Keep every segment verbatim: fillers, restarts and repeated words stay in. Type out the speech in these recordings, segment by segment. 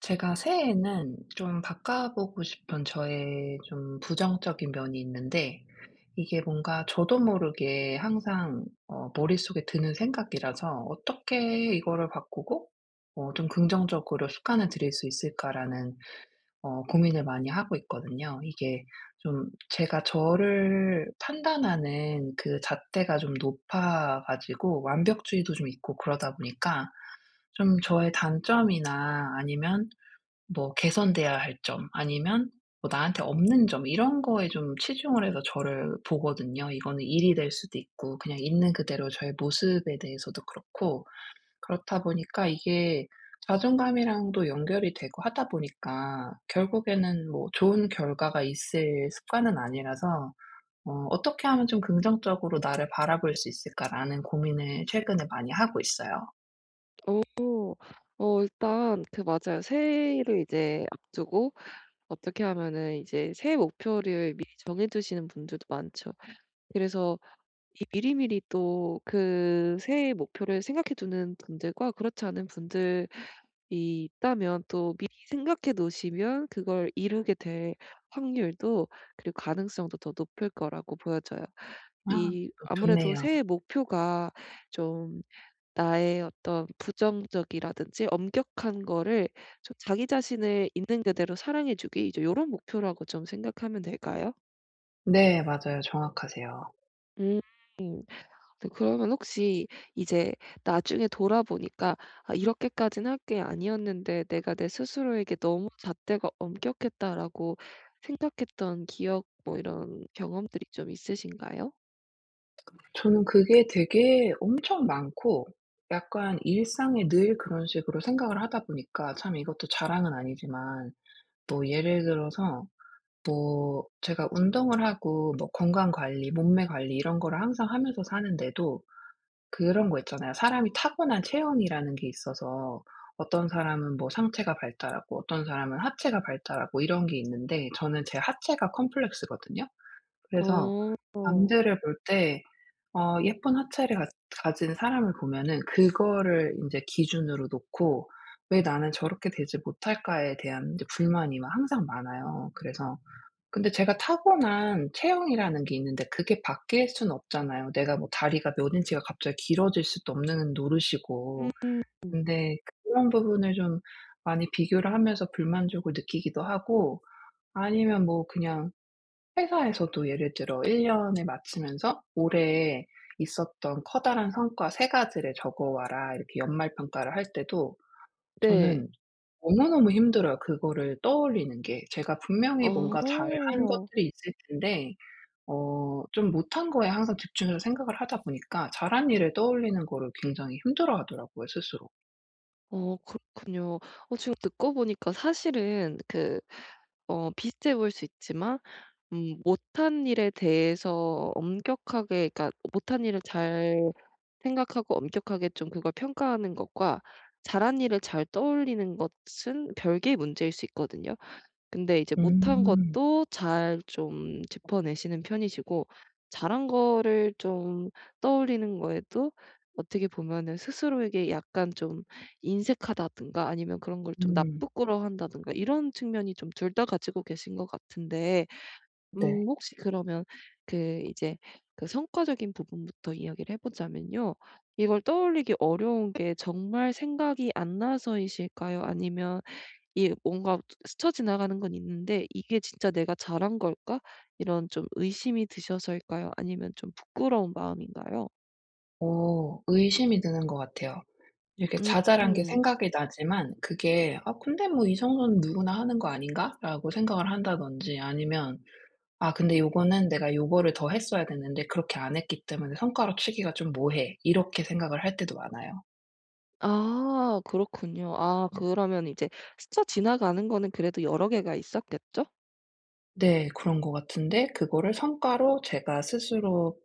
제가 새해에는 좀 바꿔보고 싶은 저의 좀 부정적인 면이 있는데, 이게 뭔가 저도 모르게 항상 어 머릿속에 드는 생각이라서 '어떻게 이거를 바꾸고 어 좀 긍정적으로 습관을 들일 수 있을까.'라는 어 고민을 많이 하고 있거든요. 이게 좀 제가 저를 판단하는 그 잣대가 좀 높아 가지고 완벽주의도 좀 있고 그러다 보니까 좀 저의 단점이나 아니면 뭐 개선돼야 할 점 아니면 뭐 나한테 없는 점 이런 거에 좀 치중을 해서 저를 보거든요. 이거는 일이 될 수도 있고 그냥 있는 그대로 저의 모습에 대해서도 그렇고, 그렇다 보니까 이게 자존감이랑도 연결이 되고 하다 보니까 결국에는 뭐 좋은 결과가 있을 습관은 아니라서 어 '어떻게 하면 좀 긍정적으로 나를 바라볼 수 있을까.'라는 고민을 최근에 많이 하고 있어요. 오, 어 일단 그 맞아요. 새해를 이제 앞두고 어떻게 하면은 이제 새해 목표를 미리 정해 두시는 분들도 많죠. 그래서 이 미리미리 또 그 새해 목표를 생각해 두는 분들과 그렇지 않은 분들이 있다면, 또 미리 생각해 놓으시면 그걸 이루게 될 확률도, 그리고 가능성도 더 높을 거라고 보여져요. 아, 이 어 아무래도 좋네요. 새해 목표가 좀 나의 어떤 부정적이라든지 엄격한 거를, 좀 자기 자신을 있는 그대로 사랑해 주기, 이제 요런 목표라고 좀 생각하면 될까요? 네, 맞아요. 정확하세요. 음. 네, 그러면 혹시 이제 나중에 돌아보니까 '아, 이렇게까진 할 게 아니었는데 내가 내 스스로에게 너무 잣대가 엄격했다.'라고 생각했던 기억, 뭐 이런 경험들이 좀 있으신가요? 저는 그게 되게 엄청 많고, 약간 일상에 늘 그런 식으로 생각을 하다 보니까, 참 이것도 자랑은 아니지만, 뭐 예를 들어서 뭐 제가 운동을 하고 뭐 건강 관리, 몸매 관리 이런 거를 항상 하면서 사는데도, 그런 거 있잖아요. 사람이 타고난 체형이라는 게 있어서 어떤 사람은 뭐 상체가 발달하고 어떤 사람은 하체가 발달하고 이런 게 있는데, 저는 제 하체가 컴플렉스거든요. 그래서 어. 남들을 볼때 어 예쁜 하체를 가, 가진 사람을 보면은 그거를 이제 기준으로 놓고 '왜 나는 저렇게 되지 못할까.'에 대한 이제 불만이 막 항상 많아요. 그래서 근데 제가 타고난 체형이라는 게 있는데 그게 바뀔 수는 없잖아요. 내가 뭐 다리가 몇 인치가 갑자기 길어질 수도 없는 노릇이고. 음. 근데 그런 부분을 좀 많이 비교를 하면서 불만족을 느끼기도 하고, 아니면 뭐 그냥 회사에서도 예를 들어 1 년을 마치면서 올해 있었던 커다란 성과 세 가지를 적어 와라 이렇게 연말 평가를 할 때도 네. 저는 너무너무 힘들어요, 그거를 떠올리는 게. 제가 분명히 뭔가 어. 잘한 것들이 있을 텐데 어 좀 못한 거에 항상 집중해서 생각을 하다 보니까 잘한 일을 떠올리는 거를 굉장히 힘들어하더라고요, 스스로. 어, 그렇군요. 어 지금 듣고 보니까 사실은 그, 어 비슷해 보일 수 있지만, 음 못한 일에 대해서 엄격하게, 그러니까 못한 일을 잘 생각하고 엄격하게 좀 그걸 평가하는 것과 잘한 일을 잘 떠올리는 것은 별개의 문제일 수 있거든요. 근데 이제 못한 음. 것도 잘 좀 짚어내시는 편이시고, 잘한 거를 좀 떠올리는 거에도 어떻게 보면은 스스로에게 약간 좀 인색하다든가 아니면 그런 걸 좀 음. 나부끄러워한다든가, 이런 측면이 좀 둘 다 가지고 계신 것 같은데. 음 네. 혹시 그러면 그 이제 그 성과적인 부분부터 이야기를 해 보자면요. 이걸 떠올리기 어려운 게 정말 생각이 안 나서이실까요? 아니면 이 뭔가 스쳐 지나가는 건 있는데 '이게 진짜 내가 잘한 걸까?', 이런 좀 의심이 드셔서일까요? 아니면 좀 부끄러운 마음인가요? 어 의심이 드는 것 같아요. 이렇게 음. 자잘한 게 생각이 나지만 그게 '아 근데 뭐 이 정도는 누구나 하는 거 아닌가?'라고 생각을 한다든지, 아니면 '아 근데 요거는 내가 요거를 더 했어야 됐는데 그렇게 안 했기 때문에 성과로 치기가 좀 뭐해.' 이렇게 생각을 할 때도 많아요. 아, 그렇군요. 아, 그러면 이제 스쳐 지나가는 거는 그래도 여러 개가 있었겠죠? 네. 그런 것 같은데 그거를 성과로 제가 스스로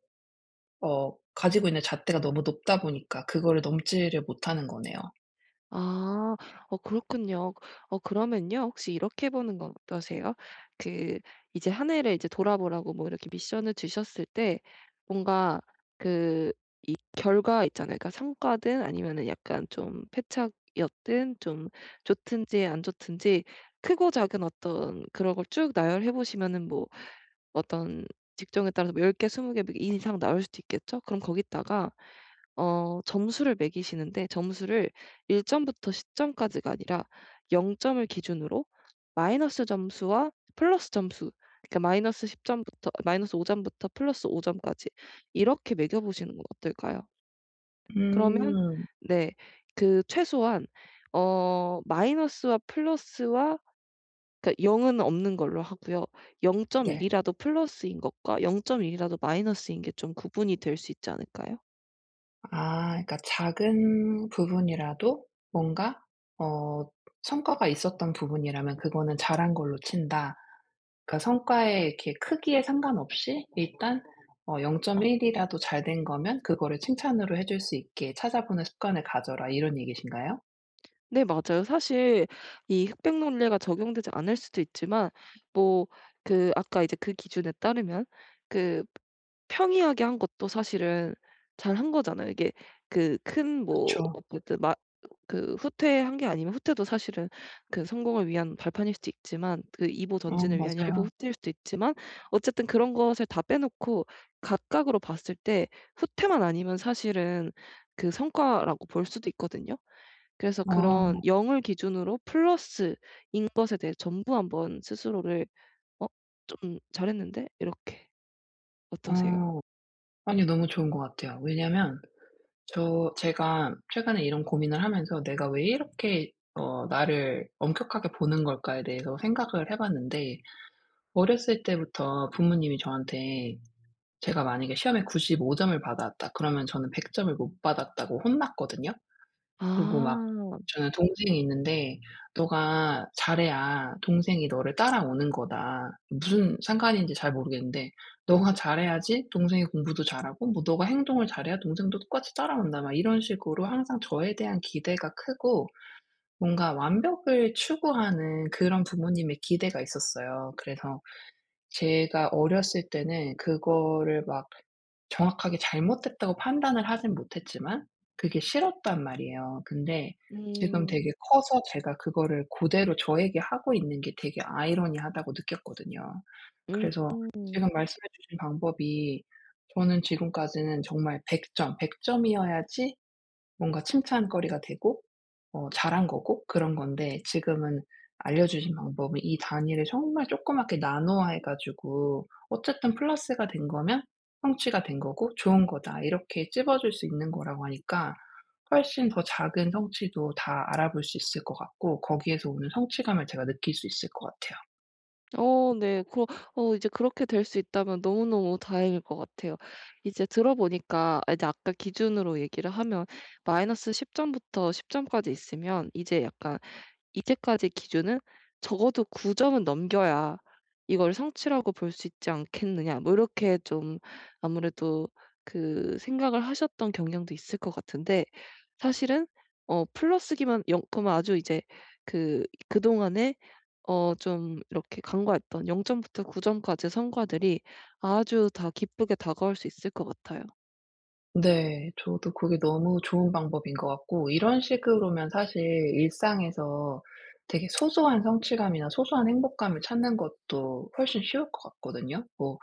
어 가지고 있는 잣대가 너무 높다 보니까 그거를 넘지를 못하는 거네요. 아. 어, 그렇군요. 어 그러면요, 혹시 이렇게 해 보는 건 어떠세요? 그 이제 한 해를 이제 돌아보라고 뭐 이렇게 미션을 주셨을 때 뭔가 그 결과 있잖아요. 그러니까 성과든 아니면은 약간 좀 패착이었든, 좀 좋든지 안 좋든지 크고 작은 어떤 그런 걸 쭉 나열해 보시면은 뭐 어떤 직종에 따라서 뭐 열 개 스무 개 이상 나올 수도 있겠죠. 그럼 거기다가 어 점수를 매기시는데, 점수를 일 점부터 십 점까지가 아니라 영 점을 기준으로 마이너스 점수와 플러스 점수, 그러니까 마이너스 십 점부터 마이너스 오 점부터 플러스 오 점까지 이렇게 매겨 보시는 건 어떨까요? 그러면, 음. 네. 그 최소한 어 마이너스와 플러스와, 그러니까 영 은 없는 걸로 하고요. 영 점 일 네. 이라도 플러스인 것과 영 점 일 이라도 마이너스인 게 좀 구분이 될 수 있지 않을까요? 아, 그러니까 작은 부분이라도 뭔가 어 성과가 있었던 부분이라면 그거는 잘한 걸로 친다. 그러니까 성과의 이렇게 크기에 상관없이 일단 어 영 점 일 이라도 잘된 거면 그거를 칭찬으로 해줄 수 있게 찾아보는 습관을 가져라, 이런 얘기신가요? 네, 맞아요. 사실 이 흑백 논리가 적용되지 않을 수도 있지만, 뭐 그 아까 이제 그 기준에 따르면 그 평이하게 한 것도 사실은 잘 한 거잖아요. 이게 그 큰 뭐 그쵸. 어쨌든 막 그 후퇴한 게 아니면, 후퇴도 사실은 그 성공을 위한 발판일 수도 있지만, 그 이 보 어, 전진을 위한 일 보 맞아요. 후퇴일 수도 있지만, 어쨌든 그런 것을 다 빼놓고 각각으로 봤을 때 후퇴만 아니면 사실은 그 성과라고 볼 수도 있거든요. 그래서 그런 어. 영을 기준으로 플러스인 것에 대해 전부 한번 스스로를 '어, 좀 잘했는데?' 이렇게. 어떠세요? 어. 아니, 너무 좋은 것 같아요. 왜냐면 저 제가 최근에 이런 고민을 하면서 '내가 왜 이렇게 어 나를 엄격하게 보는 걸까.'에 대해서 생각을 해 봤는데, 어렸을 때부터 부모님이 저한테, 제가 만약에 시험에 95 점을 받았다 그러면 저는 100 점을 못 받았다고 혼났거든요. 그리고 막 아. 저는 동생이 있는데 "너가 잘해야 동생이 너를 따라오는 거다." 무슨 상관인지 잘 모르겠는데, "너가 잘해야지 동생이 공부도 잘하고 뭐 너가 행동을 잘해야 동생도 똑같이 따라온다." 막 이런 식으로 항상 저에 대한 기대가 크고, 뭔가 완벽을 추구하는 그런 부모님의 기대가 있었어요. 그래서 제가 어렸을 때는 그거를 막 정확하게 잘못됐다고 판단을 하진 못했지만 그게 싫었단 말이에요. 근데 지금 음. 되게 커서 제가 그거를 그대로 저에게 하고 있는 게 되게 아이러니하다고 느꼈거든요. 그래서 지금 음. 말씀해 주신 방법이, 저는 지금까지는 정말 백 점, 백 점이어야지 뭔가 칭찬거리가 되고 어 잘한 거고 그런 건데, 지금은 알려주신 방법은 이 단위를 정말 조그맣게 나누어 해 가지고 어쨌든 플러스가 된 거면 성취가 된 거고 '좋은 거다.' 이렇게 찝어줄 수 있는 거라고 하니까, 훨씬 더 작은 성취도 다 알아볼 수 있을 것 같고 거기에서 오는 성취감을 제가 느낄 수 있을 것 같아요. 어, 네. 그러 어 이제 그렇게 될 수 있다면 너무너무 다행일 것 같아요. 이제 들어보니까, 아, 이제 아까 기준으로 얘기를 하면 마이너스 십 점부터 십 점까지 있으면 이제 약간 이제까지 기준은 '적어도 구 점은 넘겨야 이걸 성취라고 볼 수 있지 않겠느냐.' 뭐 이렇게 좀 아무래도 그 생각을 하셨던 경향도 있을 것 같은데, 사실은 어 플러스기만 영 그러면 아주 이제 그 그동안에 어 좀 이렇게 간과했던 영 점부터 구 점까지의 성과들이 아주 다 기쁘게 다가올 수 있을 것 같아요. 네. 저도 그게 너무 좋은 방법인 것 같고, 이런 식으로면 사실 일상에서 되게 소소한 성취감이나 소소한 행복감을 찾는 것도 훨씬 쉬울 것 같거든요. 뭐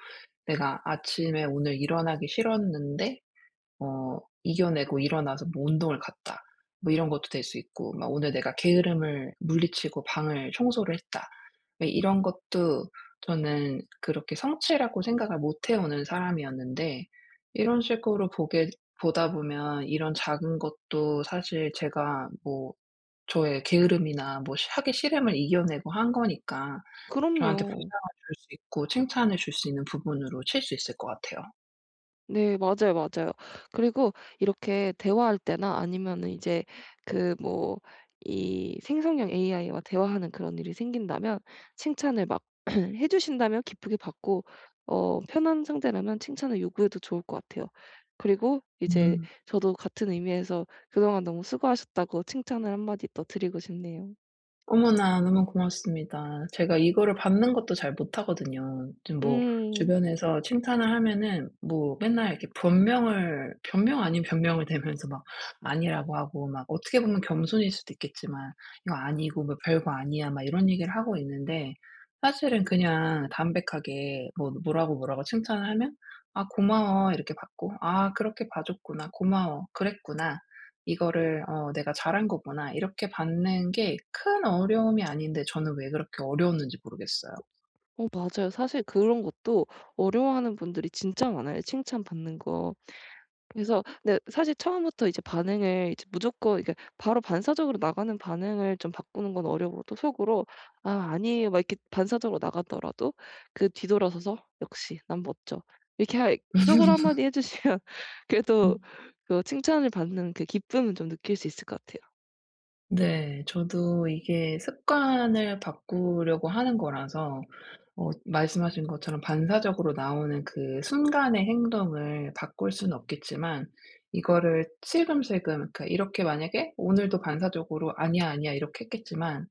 내가 아침에 오늘 일어나기 싫었는데 어 이겨내고 일어나서 뭐 운동을 갔다. 뭐 이런 것도 될 수 있고, 막 '오늘 내가 게으름을 물리치고 방을 청소를 했다.' 왜 이런 것도 저는 그렇게 성취라고 생각을 못 해오는 사람이었는데, 이런 식으로 보게 보다 보면 이런 작은 것도 사실 제가 뭐 저의 게으름이나 뭐 시 하기 싫음을 이겨내고 한 거니까 저한테 그럼요. 보상을 줄 수 있고 칭찬을 줄 수 있는 부분으로 칠 수 있을 것 같아요. 네. 맞아요, 맞아요. 그리고 이렇게 대화할 때나 아니면은 이제 그 뭐 이 생성형 에이아이와 대화하는 그런 일이 생긴다면 칭찬을 막 해 주신다면 기쁘게 받고, 어 편한 상대라면 칭찬을 요구해도 좋을 것 같아요. 그리고 이제 음. 저도 같은 의미에서 "그동안 너무 수고하셨다."고 칭찬을 한 마디 더 드리고 싶네요. 어머나, 너무 고맙습니다. 제가 이거를 받는 것도 잘 못하거든요. 좀 뭐 음. 주변에서 칭찬을 하면은 뭐 맨날 이렇게 변명을, 변명 아닌 변명을 대면서 막 아니라고 하고, 막 어떻게 보면 겸손일 수도 있겠지만 "이거 아니고 뭐 별거 아니야." 막 이런 얘기를 하고 있는데, 사실은 그냥 담백하게 뭐 뭐라고, 뭐라고 칭찬을 하면 "아 고마워." 이렇게 받고 "아 그렇게 봐 줬구나. 고마워. 그랬구나." 이거를 '어 내가 잘한 거구나.' 이렇게 받는 게 큰 어려움이 아닌데, 저는 왜 그렇게 어려웠는지 모르겠어요. 어, 맞아요. 사실 그런 것도 어려워하는 분들이 진짜 많아요, 칭찬받는 거. 그래서 근데 사실 처음부터 이제 반응을 이제 무조건 이게 바로 반사적으로 나가는 반응을 좀 바꾸는 건 어려워도 속으로 '아, 아니에요.' 막 이렇게 반사적으로 나가더라도 그 뒤돌아서서 '역시 난 멋져.' 이렇게 하 속으로 한 마디 해 주시면 그래도 음. 그 칭찬을 받는 그 기쁨은 좀 느낄 수 있을 것 같아요. 네. 저도 이게 습관을 바꾸려고 하는 거라서 어 말씀하신 것처럼 반사적으로 나오는 그 순간의 행동을 바꿀 수는 없겠지만, 이거를 슬금슬금, 그러니까 이렇게 만약에 오늘도 반사적으로 '아니야, 아니야.' 이렇게 했겠지만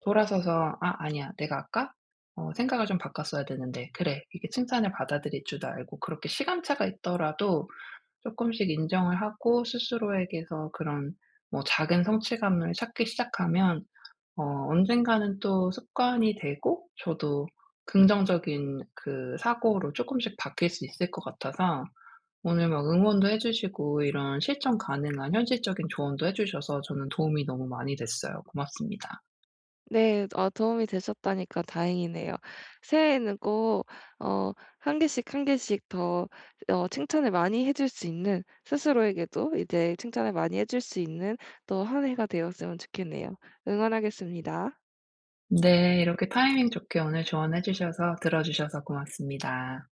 돌아서서 '아 아니야. 내가 아까 어 생각을 좀 바꿨어야 되는데. 그래. 이게 칭찬을 받아들일 줄도 알고.' 그렇게 시간차가 있더라도 조금씩 인정을 하고 스스로에게서 그런 뭐 작은 성취감을 찾기 시작하면 어 언젠가는 또 습관이 되고, 저도 긍정적인 그 사고로 조금씩 바뀔 수 있을 것 같아서, 오늘 막 응원도 해 주시고 이런 실천 가능한 현실적인 조언도 해 주셔서 저는 도움이 너무 많이 됐어요. 고맙습니다. 네. 아, 도움이 되셨다니까 다행이네요. 새해에는 꼭 어 한 개씩, 한 개씩 더 어 칭찬을 많이 해줄 수 있는, 스스로에게도 이제 칭찬을 많이 해줄 수 있는 또 한 해가 되었으면 좋겠네요. 응원하겠습니다. 네. 이렇게 타이밍 좋게 오늘 조언해 주셔서, 들어 주셔서 고맙습니다.